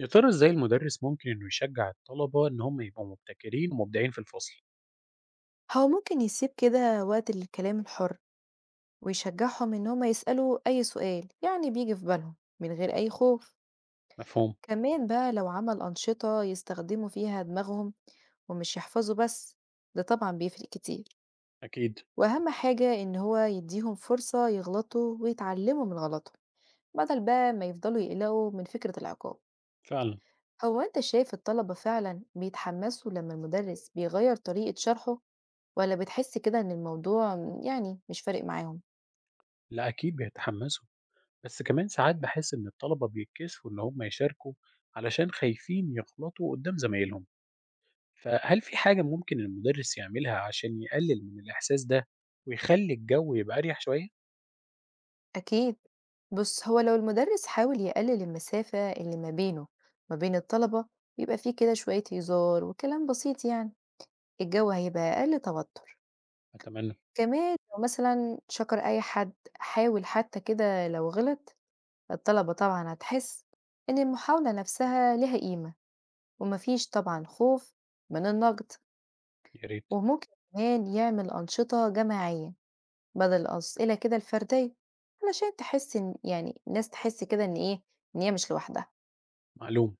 يا ترى إزاي المدرس ممكن إنه يشجع الطلبة إن هم يبقوا مبتكرين ومبدعين في الفصل؟ هو ممكن يسيب كده وقت للكلام الحر، ويشجعهم إن هما يسألوا أي سؤال يعني بيجي في بالهم من غير أي خوف. مفهوم؟ كمان بقى لو عمل أنشطة يستخدموا فيها دماغهم ومش يحفظوا بس، ده طبعا بيفرق كتير. أكيد. وأهم حاجة إن هو يديهم فرصة يغلطوا ويتعلموا من غلطهم، بدل بقى ما يفضلوا يقلقوا من فكرة العقاب. فعلا. هو أنت شايف الطلبة فعلا بيتحمسوا لما المدرس بيغير طريقة شرحه، ولا بتحس كده إن الموضوع يعني مش فارق معاهم؟ لا، أكيد بيتحمسوا، بس كمان ساعات بحس إن الطلبة بيتكسفوا إن هم يشاركوا علشان خايفين يغلطوا قدام زمايلهم، فهل في حاجة ممكن المدرس يعملها عشان يقلل من الإحساس ده ويخلي الجو يبقى أريح شوية؟ أكيد. بص، هو لو المدرس حاول يقلل المسافة اللي ما بينه ما بين الطلبة، يبقى فيه كده شوية هزار وكلام بسيط يعني، الجو هيبقى أقل توتر. أتمنى. كمان لو مثلا شكر أي حد حاول حتى كده لو غلط، الطلبة طبعا هتحس إن المحاولة نفسها لها قيمة، ومفيش طبعا خوف من النقد. يا ريت. وممكن كمان يعمل أنشطة جماعية بدل الأسئلة كده الفردية، علشان تحس إن يعني الناس تحس كده إن إيه، إن هي مش لوحدها. معلوم.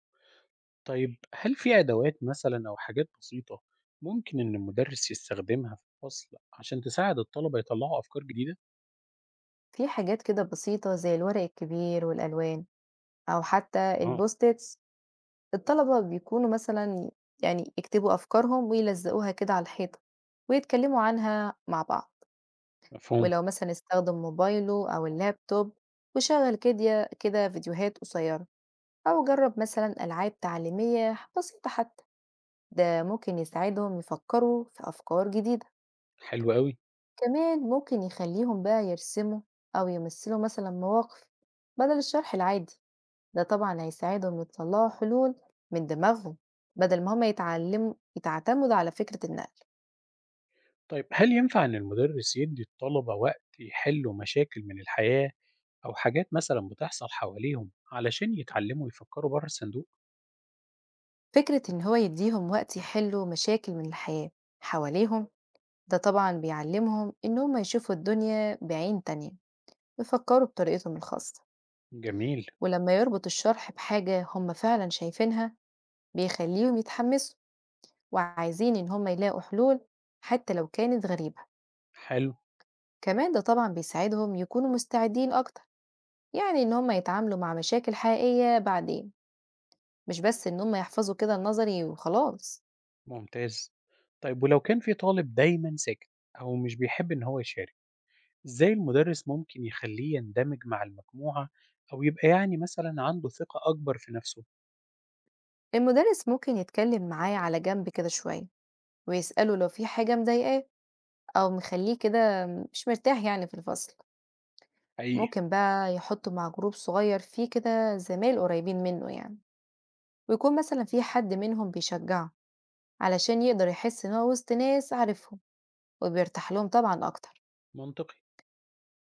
طيب هل في أدوات مثلا أو حاجات بسيطة ممكن إن المدرس يستخدمها في الفصل عشان تساعد الطلبة يطلعوا أفكار جديدة؟ في حاجات كده بسيطة زي الورق الكبير والألوان، أو حتى اه. البوستيتس. الطلبة بيكونوا مثلا يعني يكتبوا أفكارهم ويلزقوها كده على الحيطة ويتكلموا عنها مع بعض. مفهوم. ولو مثلا استخدم موبايله أو اللابتوب وشغل كده فيديوهات قصيرة، أو جرب مثلا ألعاب تعليمية بسيطة حتى، ده ممكن يساعدهم يفكروا في أفكار جديدة. حلو قوي. كمان ممكن يخليهم بقى يرسموا أو يمثلوا مثلا مواقف بدل الشرح العادي، ده طبعا هيساعدهم يطلعوا حلول من دماغهم، بدل ما هما يتعلموا يتعتمدوا على فكرة النقل. طيب هل ينفع إن المدرس يدي الطلبة وقت يحلوا مشاكل من الحياة أو حاجات مثلا بتحصل حواليهم علشان يتعلموا يفكروا بره الصندوق؟ فكرة إن هو يديهم وقت يحلوا مشاكل من الحياة حواليهم، ده طبعا بيعلمهم إن هما يشوفوا الدنيا بعين تانية، يفكروا بطريقتهم الخاصة. جميل. ولما يربط الشرح بحاجة هما فعلا شايفينها، بيخليهم يتحمسوا وعايزين إن هم يلاقوا حلول حتى لو كانت غريبة. حلو. كمان ده طبعا بيساعدهم يكونوا مستعدين أكتر، يعني إن هم يتعاملوا مع مشاكل حقيقية بعدين، مش بس إن هم يحفظوا كده النظري وخلاص. ممتاز. طيب ولو كان في طالب دايما ساكت أو مش بيحب إن هو يشارك، إزاي المدرس ممكن يخلّيه يندمج مع المجموعة أو يبقى مثلًا عنده ثقة أكبر في نفسه؟ المدرس ممكن يتكلم معاه على جنب كده شوية ويسأله لو في حاجة مضايقاه، أو مخليه كده مش مرتاح يعني في الفصل. حقيقي. ممكن بقى يحطه مع جروب صغير فيه كده زمايل قريبين منه يعني، ويكون مثلا في حد منهم بيشجعه، علشان يقدر يحس إن هو وسط ناس عارفهم وبيرتاح لهم طبعا أكتر. منطقي.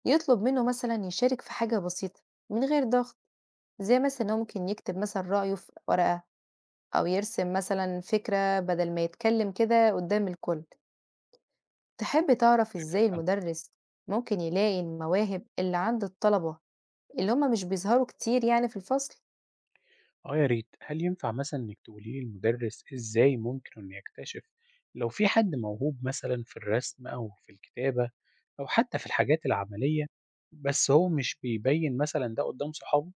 يطلب منه مثلا يشارك في حاجة بسيطة من غير ضغط، زي مثلا إن هو ممكن يكتب مثلا رأيه في ورقة، أو يرسم مثلا فكرة بدل ما يتكلم كده قدام الكل. تحب تعرف فكرة إزاي فعلًا. المدرس ممكن يلاقي المواهب اللي عند الطلبة اللي هم مش بيظهروا كتير يعني في الفصل؟ آه يا ريت، هل ينفع مثلًا إنِّك تقولي لي المدرس إزاي ممكن إنه يكتشف لو في حد موهوب مثلًا في الرسم أو في الكتابة أو حتى في الحاجات العملية، بس هو مش بيبيّن مثلًا ده قدّام صحابه؟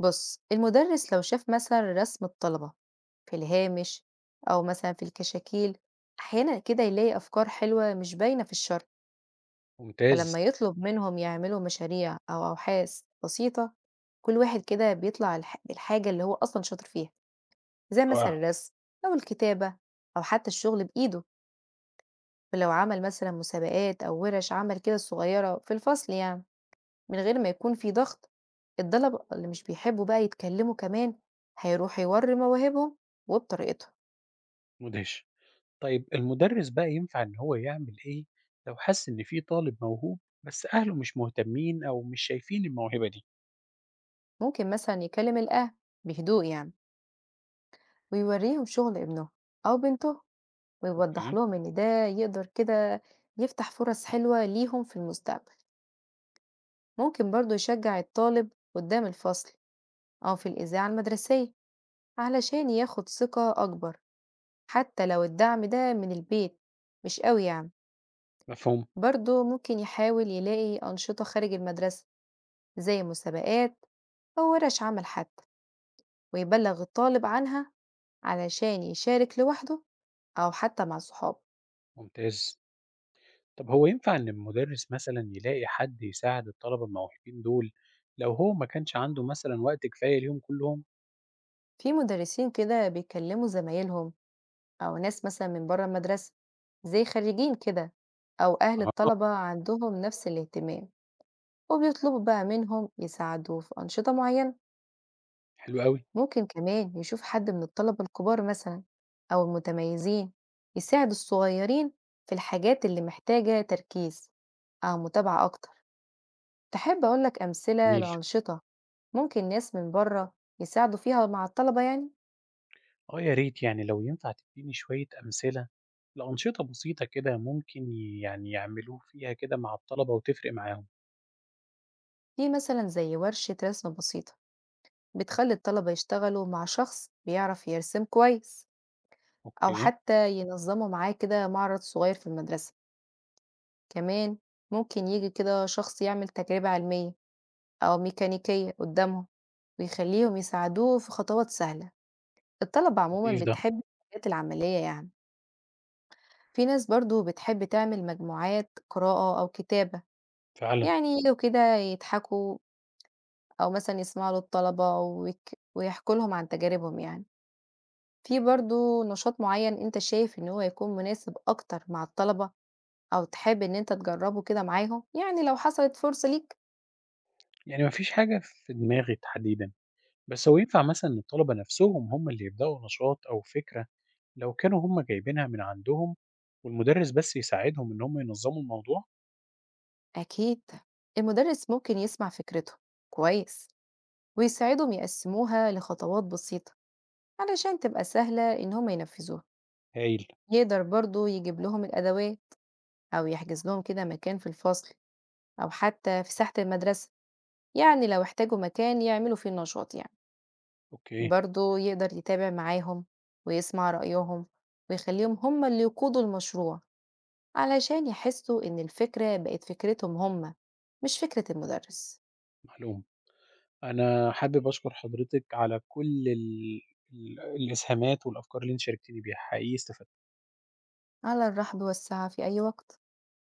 بص، المدرس لو شاف مثلا رسم الطلبة في الهامش أو مثلا في الكشاكيل، أحيانا كده يلاقي أفكار حلوة مش باينة في الشرح. ممتاز. فلما يطلب منهم يعملوا مشاريع أو أبحاث بسيطة، كل واحد كده بيطلع بالحاجة اللي هو أصلا شاطر فيها، زي مثلا رائع. الرسم أو الكتابة أو حتى الشغل بإيده. فلو عمل مثلا مسابقات أو ورش عمل كده صغيرة في الفصل يعني، من غير ما يكون في ضغط، الطلبة اللي مش بيحبوا بقى يتكلموا كمان هيروحوا يوروا مواهبهم وبطريقتهم. مدهش. طيب المدرس بقى ينفع إن هو يعمل إيه لو حس إن في طالب موهوب بس أهله مش مهتمين أو مش شايفين الموهبة دي؟ ممكن مثلا يكلم الأهل بهدوء يعني، ويوريهم شغل ابنه أو بنته، ويوضح أوكي. لهم إن ده يقدر كده يفتح فرص حلوة ليهم في المستقبل. ممكن برضو يشجع الطالب قدام الفصل أو في الإذاعة المدرسية، علشان ياخد ثقة أكبر، حتى لو الدعم ده من البيت مش قوي يعني. مفهوم. برضو ممكن يحاول يلاقي أنشطة خارج المدرسة، زي مسابقات أو ورش عمل حتى، ويبلغ الطالب عنها، علشان يشارك لوحده أو حتى مع صحابه. ممتاز. طب هو ينفع إن المدرس مثلا يلاقي حد يساعد الطلبة الموهوبين دول لو هو ما كانش عنده مثلا وقت كفاية ليهم كلهم؟ في مدرسين كده بيكلموا زمايلهم أو ناس مثلًا من برّه المدرسة، زي خريجين كده، أو أهل أها. الطلبة عندهم نفس الاهتمام، وبيطلبوا بقى منهم يساعدوه في أنشطة معينة. حلو أوي. ممكن كمان يشوف حد من الطلبة الكبار مثلًا أو المتميزين يساعد الصغيرين في الحاجات اللي محتاجة تركيز أو متابعة أكتر. تحب أقول لك أمثلة جميل. لأنشطة ممكن ناس من برّه يساعدوا فيها مع الطلبة يعني؟ أه يا ريت، لو ينفع تديني شوية أمثلة لأنشطة بسيطة كده ممكن يعملوه فيها كده مع الطلبة وتفرق معاهم. في مثلًا زي ورشة رسم بسيطة، بتخلّي الطلبة يشتغلوا مع شخص بيعرف يرسم كويس، أو أوكي. حتى ينظّموا معاه كده معرض صغير في المدرسة. كمان ممكن ييجي كده شخص يعمل تجربة علمية أو ميكانيكية قدّامهم، ويخلّيهم يساعدوه في خطوات سهلة، الطلبة عمومًا لطيف ده. بتحب الحاجات العملية يعني. في ناس برضه بتحب تعمل مجموعات قراءة أو كتابة، فعلا. يعني ييجوا كده يضحكوا، أو مثلًا يسمعوا للطلبة ويحكوا لهم عن تجاربهم يعني. في برضه نشاط معين أنت شايف إن هو هيكون مناسب أكتر مع الطلبة، أو تحب إن أنت تجرّبه كده معاهم؟ يعني لو حصلت فرصة ليك. ما فيش حاجة في دماغي تحديدًا، بس هو ينفع مثلًا إن الطلبة نفسهم هم اللي يبدأوا نشاط أو فكرة لو كانوا هم جايبينها من عندهم والمدرس بس يساعدهم إن هم ينظموا الموضوع؟ أكيد المدرس ممكن يسمع فكرته كويس، ويساعدهم يقسموها لخطوات بسيطة علشان تبقى سهلة إن هم ينفذوها. هايل. يقدر برضه يجيب لهم الأدوات، أو يحجز لهم كده مكان في الفصل أو حتى في ساحة المدرسة، يعني لو احتاجوا مكان يعملوا فيه النشاط يعني. أوكي. برضه يقدر يتابع معاهم ويسمع رأيهم، ويخليهم هم اللي يقودوا المشروع، علشان يحسوا إن الفكرة بقت فكرتهم هم، مش فكرة المدرس. معلومة. أنا حابب أشكر حضرتك على كل ال ال الإسهامات والأفكار اللي أنتِ شاركتيني بيها، حقيقي استفدت. على الرحب والسعة في أي وقت.